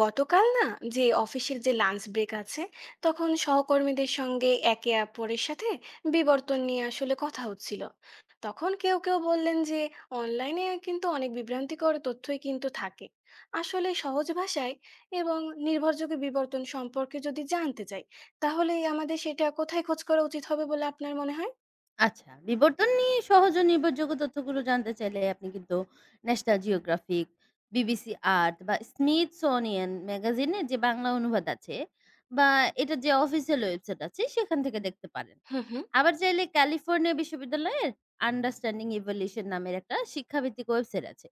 গতকাল না, যে অফিসের যে লাঞ্চ ব্রেক আছে, তখন সহকর্মীদের সঙ্গে একে অপরের সাথে বিবর্তন নিয়ে আসলে কথা হচ্ছিল। তখন কেউ কেউ বললেন যে অনলাইনে কিন্তু অনেক বিভ্রান্তিকর তথ্যই কিন্তু থাকে। আসলে সহজ ভাষায় এবং নির্ভরযোগ্য বিবর্তন সম্পর্কে যদি জানতে চাই, তাহলে আমাদের সেটা কোথায় খোঁজ করা উচিত হবে বলে আপনার মনে হয়? আচ্ছা, বিবর্তন নিয়ে সহজ ও নির্ভরযোগ্য তথ্যগুলো জানতে চাইলে আপনি কিন্তু ন্যাশনাল জিওগ্রাফিক, বিবিসি আর্থ বা স্মিথসোনিয়ান ম্যাগাজিনের যে বাংলা অনুবাদ আছে বা এটার যে অফিসিয়াল ওয়েবসাইট আছে সেখান থেকে দেখতে পারেন। হুম হুম। আবার চাইলে ক্যালিফোর্নিয়া বিশ্ববিদ্যালয়ের আন্ডারস্ট্যান্ডিং ইভলিউশন নামের একটা শিক্ষাভিত্তিক ওয়েবসাইট আছে।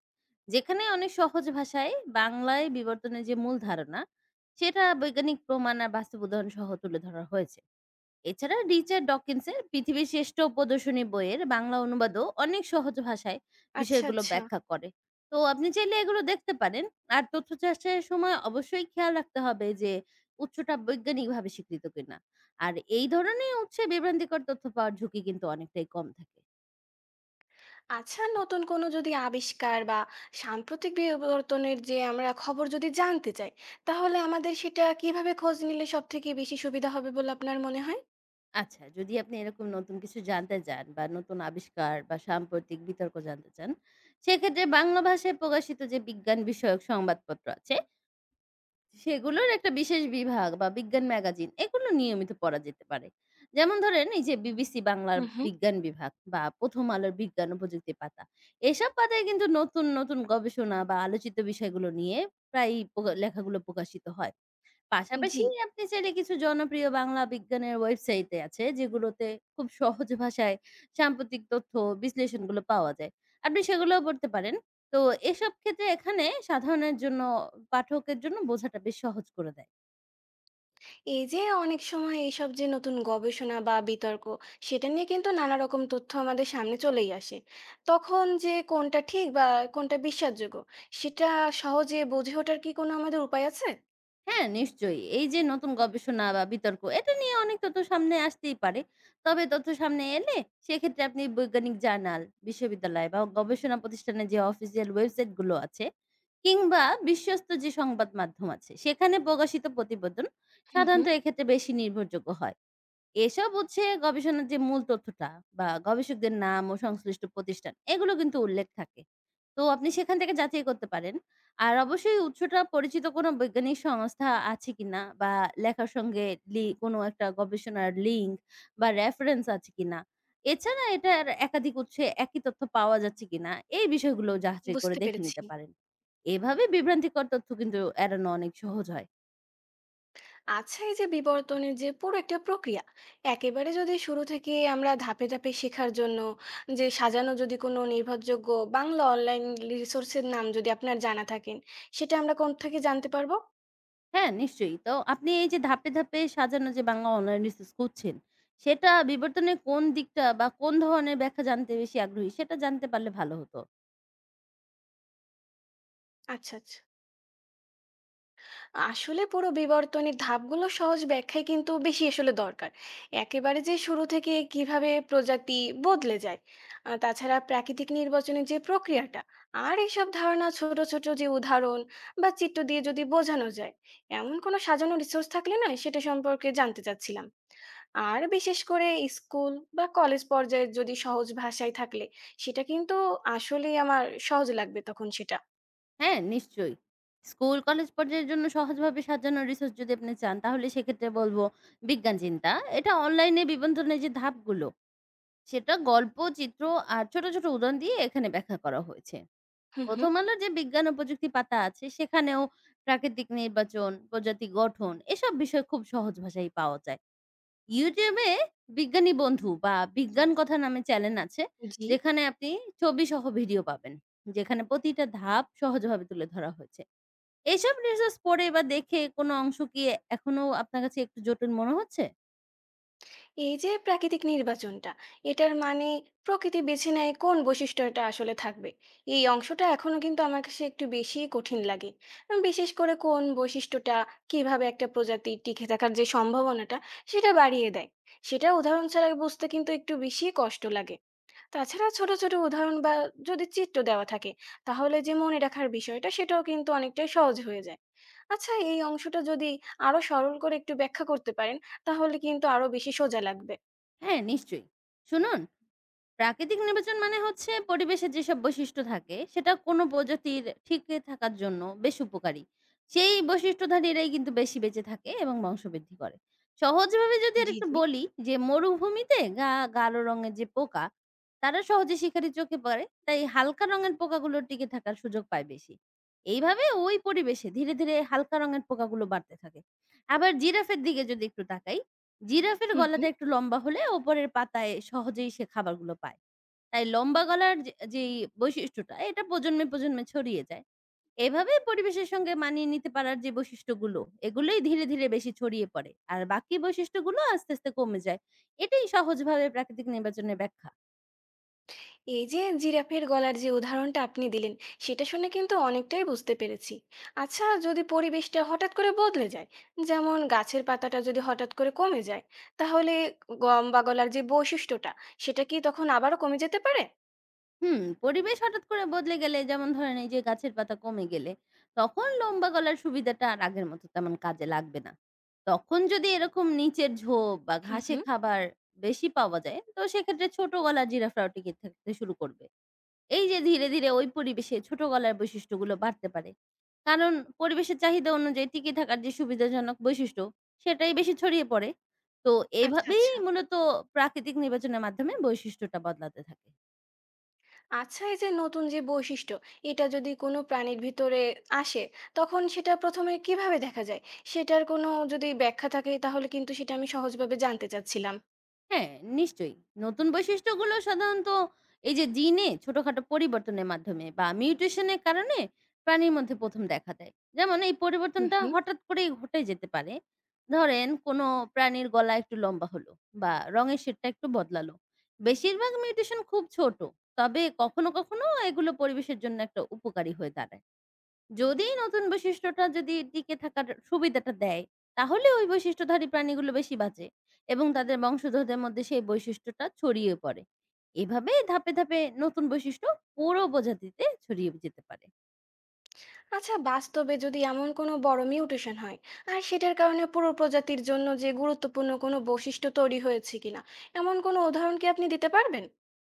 যেখানে অনেক সহজ ভাষায় বাংলায় বিবর্তনের যে মূল ধারণা সেটা বৈজ্ঞানিক প্রমাণ আর বাস্তব উদাহরণ সহ তুলে ধরা হয়েছে। এছাড়া রিচার্ড ডকিন্সের পৃথিবীর শ্রেষ্ঠ প্রদর্শনী বইয়ের বাংলা অনুবাদও অনেক সহজ ভাষায় আচ্ছা বিষয়গুলো আচ্ছা ব্যাখ্যা করে। তো আপনি চাইলে এগুলো দেখতে পারেন। আর তথ্য চাষের সময় অবশ্যই খেয়াল রাখতে হবে যে উৎসটা বৈজ্ঞানিকভাবে স্বীকৃত কিনা। আর এই ধরনের উৎসে বিভ্রান্তিকর তথ্য পাওয়ার ঝুঁকি কিন্তু অনেকটাই কম থাকে। আচ্ছা। নতুন কোনো যদি আবিষ্কার বা সাম্প্রতিক বিবর্তনের যে আমরা খবর যদি জানতে চাই, তাহলে আমাদের সেটা কিভাবে খোঁজ নিলে সব থেকে বেশি সুবিধা হবে বলে আপনার মনে হয়? আচ্ছা, যদি আপনি এরকম নতুন কিছু জানতে চান বা নতুন আবিষ্কার বা সাম্প্রতিক বিতর্ক জানতে চান, সেক্ষেত্রে বাংলা ভাষায় প্রকাশিত যে বিজ্ঞান বিষয়ক সংবাদপত্র আছে সেগুলোর একটা বিশেষ বিভাগ বা বিজ্ঞান ম্যাগাজিন এগুলো নিয়মিত পড়া যেতে পারে। যেমন ধরেন এই যে বিবিসি বাংলার হুম হুম। বিজ্ঞান বিভাগ বা প্রথম আলোর বিজ্ঞান ও প্রযুক্তি পাতা, এসব পাতায় কিন্তু নতুন নতুন গবেষণা বা আলোচিত বিষয়গুলো নিয়ে প্রায় লেখাগুলো প্রকাশিত হয়। পাশাপাশি জি। আপনি চাইলে কিছু জনপ্রিয় বাংলা বিজ্ঞানের ওয়েবসাইটে আছে যেগুলোতে খুব সহজ ভাষায় সাম্প্রতিক তথ্য বিশ্লেষণগুলো পাওয়া যায়। আপনি সেগুলোও পড়তে পারেন। তো এসব ক্ষেত্রে এখানে সাধারণের জন্য পাঠকের জন্য বোঝাটা বেশ সহজ করে দেয়। এই যে অনেক সময় এইসব যে নতুন গবেষণা বা বিতর্ক সেটা নিয়ে কিন্তু নানা রকম তথ্য আমাদের সামনে চলেই আসে। তখন যে কোনটা ঠিক বা কোনটা বিশ্বাসযোগ্য সেটা সহজে বুঝে ওঠার কি কোনো আমাদের উপায় আছে? হ্যাঁ, নিশ্চয়ই। এই যে নতুন গবেষণা বা বিতর্ক এটা নিয়ে অনেক তথ্য সামনে আসতেই পারে। তবে তথ্য সামনে এলে সেক্ষেত্রে আপনি বৈজ্ঞানিক জার্নাল, বিশ্ববিদ্যালয় বা গবেষণা প্রতিষ্ঠানের যে অফিসিয়াল ওয়েবসাইট গুলো আছে কিংবা বিশ্বস্ত যে সংবাদ মাধ্যম আছে সেখানে প্রকাশিত প্রতিবেদন হুম সাধারণত হুম। এক্ষেত্রে বেশি নির্ভরযোগ্য হয়। এসব হচ্ছে গবেষণার যে মূল তথ্যটা বা গবেষকদের নাম ও সংশ্লিষ্ট প্রতিষ্ঠান এগুলো কিন্তু উল্লেখ থাকে। তো আপনি সেখান থেকে যাচাই করতে পারেন। আর অবশ্যই উৎসটা পরিচিত কোনো বৈজ্ঞানিক সংস্থা আছে কিনা বা লেখার সঙ্গে লি কোনো একটা গবেষণার লিঙ্ক বা রেফারেন্স আছে কিনা। এছাড়া এটার একাধিক উৎসে একই তথ্য পাওয়া যাচ্ছে কিনা এই বিষয়গুলো যাচাই করে বুঝতে দেখে পেরেছি। নিতে পারেন। এভাবে বিভ্রান্তিকর তথ্য কিন্তু এড়ানো অনেক সহজ হয়। আচ্ছা এই যে বিবর্তনের যে পুরো একটা প্রক্রিয়া, একেবারে যদি শুরু থেকে আমরা ধাপে ধাপে শেখার জন্য যে সাজানো যদি কোনো নির্ভরযোগ্য বাংলা অনলাইন রিসোর্সের নাম যদি আপনার জানা থাকেন, সেটা আমরা কোন থেকে জানতে পারবো? হ্যাঁ, নিশ্চয়ই। তো আপনি এই যে ধাপে, ধাপে সাজানো যে বাংলা অনলাইন রিসোর্স করছেন, সেটা বিবর্তনের কোন দিকটা বা কোন ধরনের ব্যাখ্যা জানতে বেশি আগ্রহী সেটা জানতে পারলে ভালো হতো। আচ্ছা আচ্ছা। আসলে পুরো বিবর্তনের ধাপগুলো সহজ ব্যাখ্যায় কিন্তু বেশি আসলে দরকার। একেবারে যে শুরু থেকে কিভাবে প্রজাতি বদলে যায়, তাছাড়া প্রাকৃতিক নির্বাচনের যে প্রক্রিয়াটা আর এইসব ধারণা ছোট ছোট যে উদাহরণ বা চিত্র দিয়ে যদি বোঝানো যায়, এমন কোনো সাজানো রিসোর্স থাকলে না সেটা সম্পর্কে জানতে চাচ্ছিলাম। আর বিশেষ করে স্কুল বা কলেজ পর্যায়ে যদি সহজ ভাষায় থাকলে সেটা কিন্তু আসলেই আমার সহজ লাগবে তখন সেটা। হ্যাঁ, নিশ্চয়ই। স্কুল, কলেজ পর্যায়ের জন্য সহজভাবে সাজানো রিসোর্স যদি আপনি চান তাহলে সেক্ষেত্রে বলব বিজ্ঞান চিন্তা। এটা অনলাইনে বিবন্ধনের যে ধাপগুলো, সেটা গল্প, চিত্র আর ছোট, ছোট উদাহরণ দিয়ে এখানে ব্যাখ্যা করা হয়েছে। হুম হুম। ১ম আলোর যে বিজ্ঞান ও প্রযুক্তি পাতা আছে, সেখানেও প্রাকৃতিক নির্বাচন, প্রজাতি গঠন এসব বিষয় খুব সহজ ভাষায় পাওয়া যায়। YouTube এ বিজ্ঞানী বন্ধু বা বিজ্ঞান কথা নামে চ্যানেল আছে, জি। যেখানে আপনি ছবিসহ ভিডিও পাবেন। যেখানে প্রতিটা ধাপ সহজভাবে তুলে ধরা হয়েছে। এসব রিসার্চ পড়ে বা দেখে কোনো অংশ কি এখনো আপনার কাছে একটু জটিল মনে হচ্ছে? এই যে প্রাকৃতিক নির্বাচনটা, এটার মানে প্রকৃতি বেছে নেয় কোন বৈশিষ্ট্যটা আসলে থাকবে। এই অংশটা এখনো কিন্তু আমার কাছে একটু বেশি কঠিন লাগে। বিশেষ করে কোন বৈশিষ্ট্যটা কিভাবে একটা প্রজাতির টিকে থাকার যে সম্ভাবনাটা সেটা বাড়িয়ে দেয়, সেটা উদাহরণ ছাড়া বুঝতে কিন্তু একটু বেশি কষ্ট লাগে। তাছাড়া ছোট, ছোট উদাহরণ বা যদি চিত্র দেওয়া থাকে, তাহলে যে মনে রাখার বিষয়টা সেটাও কিন্তু অনেকটাই সহজ হয়ে যায়। আচ্ছা এই অংশটা যদি আরো সরল করে একটু ব্যাখ্যা করতে পারেন, তাহলে কিন্তু আরো বেশি সোজা লাগবে। হ্যাঁ, নিশ্চয়ই। শুনুন, প্রাকৃতিক নির্বাচন মানে হচ্ছে পরিবেশের যেসব বৈশিষ্ট্য থাকে সেটা কোনো প্রজাতির টিকে থাকার জন্য বেশ উপকারী, সেই বৈশিষ্ট্যধারীরাই কিন্তু বেশি বেঁচে থাকে এবং বংশবৃদ্ধি করে। সহজভাবে যদি আর জি, একটু জি। বলি, যে মরুভূমিতে গাঢ় রঙের যে পোকা তারা সহজে শিকারি চোখে পড়ে, তাই হালকা রঙের পোকাগুলো টিকে থাকার সুযোগ পায় বেশি। এইভাবে ওই পরিবেশে ধীরে ধীরে হালকা রঙের পোকাগুলো বাড়তে থাকে। আবার জিরাফের দিকে যদি একটু তাকাই, জিরাফের হুম, গলাটা হুম। একটু লম্বা হলে ওপরের পাতায় সহজেই সে খাবারগুলো পায়। তাই লম্বা গলার যেই বৈশিষ্ট্যটা এটা প্রজন্মে, প্রজন্মে ছড়িয়ে যায়। এভাবেই পরিবেশের সঙ্গে মানিয়ে নিতে পারার যে বৈশিষ্ট্যগুলো, এগুলোই ধীরে, ধীরে বেশি ছড়িয়ে পড়ে। আর বাকি বৈশিষ্ট্যগুলো আস্তে, আস্তে কমে যায়। এটাই সহজভাবে প্রাকৃতিক নির্বাচনের ব্যাখ্যা। এই যে জিরাফের গলার যে উদাহরণটা আপনি দিলেন, সেটা শুনে কিন্তু অনেকটাই বুঝতে পেরেছি। আচ্ছা যদি পরিবেশটা হঠাৎ করে বদলে যায়, যেমন গাছের পাতাটা যদি হঠাৎ করে কমে যায়, তাহলে গম বা গলার যে বৈশিষ্ট্যটা, সেটা কি তখন আবারও কমে যেতে পারে? হুম, পরিবেশ হঠাৎ করে বদলে গেলে যেমন ধরেন এই যে গাছের পাতা কমে গেলে, তখন লম্বা গলার সুবিধাটা আর আগের মতো তেমন কাজে লাগবে না। তখন যদি এরকম নিচের ঝোপ বা হুম, ঘাসে হুম। খাবার বেশি পাওয়া যায়, তো সেক্ষেত্রে ছোট গলার জিরাফরাও টিকে থাকতে শুরু করবে। এই যে ধীরে, ধীরে ওই পরিবেশে ছোট গলার বৈশিষ্ট্যগুলো বাড়তে পারে। কারণ পরিবেশের চাহিদা অনুযায়ী টিকে থাকার যে সুবিধাজনক বৈশিষ্ট্য, সেটাই বেশি ছড়িয়ে পড়ে। তো আচ্ছা, এভাবেই আচ্ছা। মূলত প্রাকৃতিক নির্বাচনের মাধ্যমে বৈশিষ্ট্যটা বদলাতে থাকে। আচ্ছা এই যে নতুন যে বৈশিষ্ট্য, এটা যদি কোনো প্রাণীর ভিতরে আসে, তখন সেটা ১ম এ কিভাবে দেখা যায়? সেটার কোনো যদি ব্যাখ্যা থাকে তাহলে কিন্তু সেটা আমি সহজভাবে জানতে চাচ্ছিলাম। হ্যাঁ, নিশ্চয়ই। নতুন বৈশিষ্ট্যগুলো সাধারণত এই যে জিনে ছোটখাটো পরিবর্তনের মাধ্যমে বা মিউটেশনের কারণে প্রাণীর মধ্যে ১ম দেখা দেয়। যেমন এই হুম, পরিবর্তনটা হুম। হঠাৎ করেই ঘটে যেতে পারে। ধরেন কোনো প্রাণীর গলা একটু লম্বা হলো বা রঙের শেডটা একটু বদলালো। বেশিরভাগ মিউটেশন খুব ছোট। তবে কখনো, কখনো এগুলো পরিবেশের জন্য একটা উপকারী হয়ে দাঁড়ায়। যদি নতুন বৈশিষ্ট্যটা যদি টিকে থাকার সুবিধাটা দেয়, তাহলে ওই বৈশিষ্ট্যধারী প্রাণীগুলো বেশি বাঁচে এবং তাদের বংশধরদের মধ্যে সেই বৈশিষ্ট্যটা ছড়িয়ে পড়ে। এভাবে ধাপে, ধাপে নতুন বৈশিষ্ট্য পুরো প্রজাতিতে ছড়িয়ে যেতে পারে। আচ্ছা বাস্তবে যদি এমন কোনো বড় মিউটেশন হয়, আর সেটার কারণে পুরো প্রজাতির জন্য যে গুরুত্বপূর্ণ কোনো বৈশিষ্ট্য তৈরি হয়েছে কিনা, এমন কোনো উদাহরণ কি আপনি দিতে পারবেন?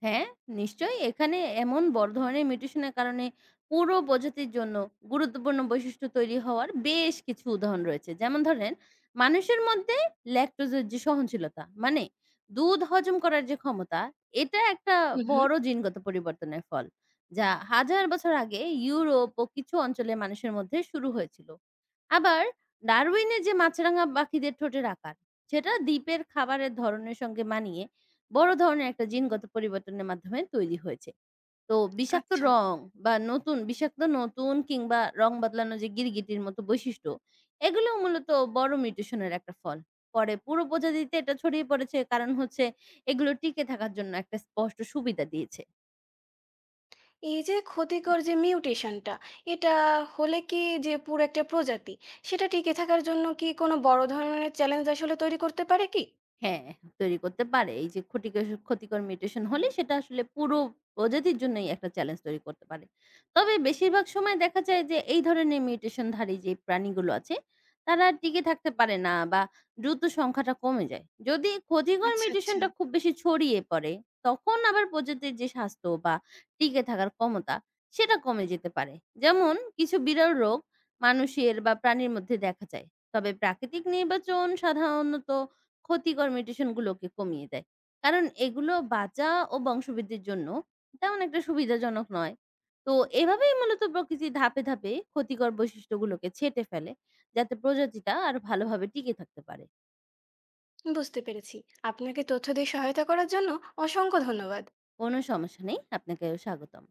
হ্যাঁ, নিশ্চয়ই। এখানে এমন বড় ধরনের মিউটেশনের কারণে পুরো প্রজাতির জন্য গুরুত্বপূর্ণ বৈশিষ্ট্য তৈরি হওয়ার বেশ কিছু উদাহরণ রয়েছে। যেমন ধরেন, মানুষের মধ্যে ল্যাকটোজের যে সহনশীলতা, মানে দুধ হজম করার যে ক্ষমতা, এটা একটা হুম, হুম। বড় জিনগত পরিবর্তনের ফল, যা হাজার বছর আগে ইউরোপ ও কিছু অঞ্চলে মানুষের মধ্যে শুরু হয়েছিল। আবার ডারউইনের যে মাছরাঙা পাখিদের ঠোঁটের আকার, সেটা দ্বীপের খাবারের ধরনের সঙ্গে মানিয়ে বড় ধরনের একটা জিনগত পরিবর্তনের মাধ্যমে তৈরি হয়েছে। তো বিষাক্ত আচ্ছা। রং বা নতুন বিষাক্ত নতুন কিংবা রং বদলানো যে গিরগিটির মতো বৈশিষ্ট্য, এগুলো মূলত বড় মিউটেশন এর একটা ফল। পরে পুরো প্রজাতিতে এটা ছড়িয়ে পড়েছে, কারণ হচ্ছে এগুলো টিকে থাকার জন্য একটা স্পষ্ট সুবিধা দিয়েছে। এই যে ক্ষতিকর যে মিউটেশনটা, এটা হলে কি যে পুরো একটা প্রজাতি, সেটা টিকে থাকার জন্য কি কোনো বড় ধরনের চ্যালেঞ্জ আসলে তৈরি করতে পারে কি? হ্যাঁ, তৈরি করতে পারে। এই যে ক্ষতিকর ক্ষতিকর মিউটেশন হলে সেটা আসলে পুরো প্রজাতির জন্যই একটা চ্যালেঞ্জ তৈরি করতে পারে। তবে বেশিরভাগ সময় দেখা যায় যে এই ধরনের মিউটেশনধারী যে প্রাণীগুলো আছে, তারা আর টিকে থাকতে পারে না বা দ্রুত সংখ্যাটা কমে যায়। যদি ক্ষতিকর আচ্ছা, আচ্ছা। মিউটেশনটা খুব বেশি ছড়িয়ে পড়ে, তখন আবার প্রজাতির যে স্বাস্থ্য বা টিকে থাকার ক্ষমতা, সেটা কমে যেতে পারে। যেমন কিছু বিরল রোগ মানুষের বা প্রাণীর মধ্যে দেখা যায়। তবে প্রাকৃতিক নির্বাচন সাধারণত ক্ষতিকর মিউটেশনগুলোকে কমিয়ে দেয়। কারণ এগুলো বাঁচা ও বংশবৃদ্ধির জন্য তেমন একটা সুবিধাজনক নয়। তো এভাবেই মূলত প্রকৃতি ধাপে, ধাপে ক্ষতিকর বৈশিষ্ট্যগুলোকে ছেঁটে ফেলে, যাতে প্রজাতিটা আরো ভালোভাবে টিকে থাকতে পারে। বুঝতে পেরেছি। আপনাকে তথ্য দিয়ে সহায়তা করার জন্য অসংখ্য ধন্যবাদ। কোনো সমস্যা নেই। আপনাকেও স্বাগতম।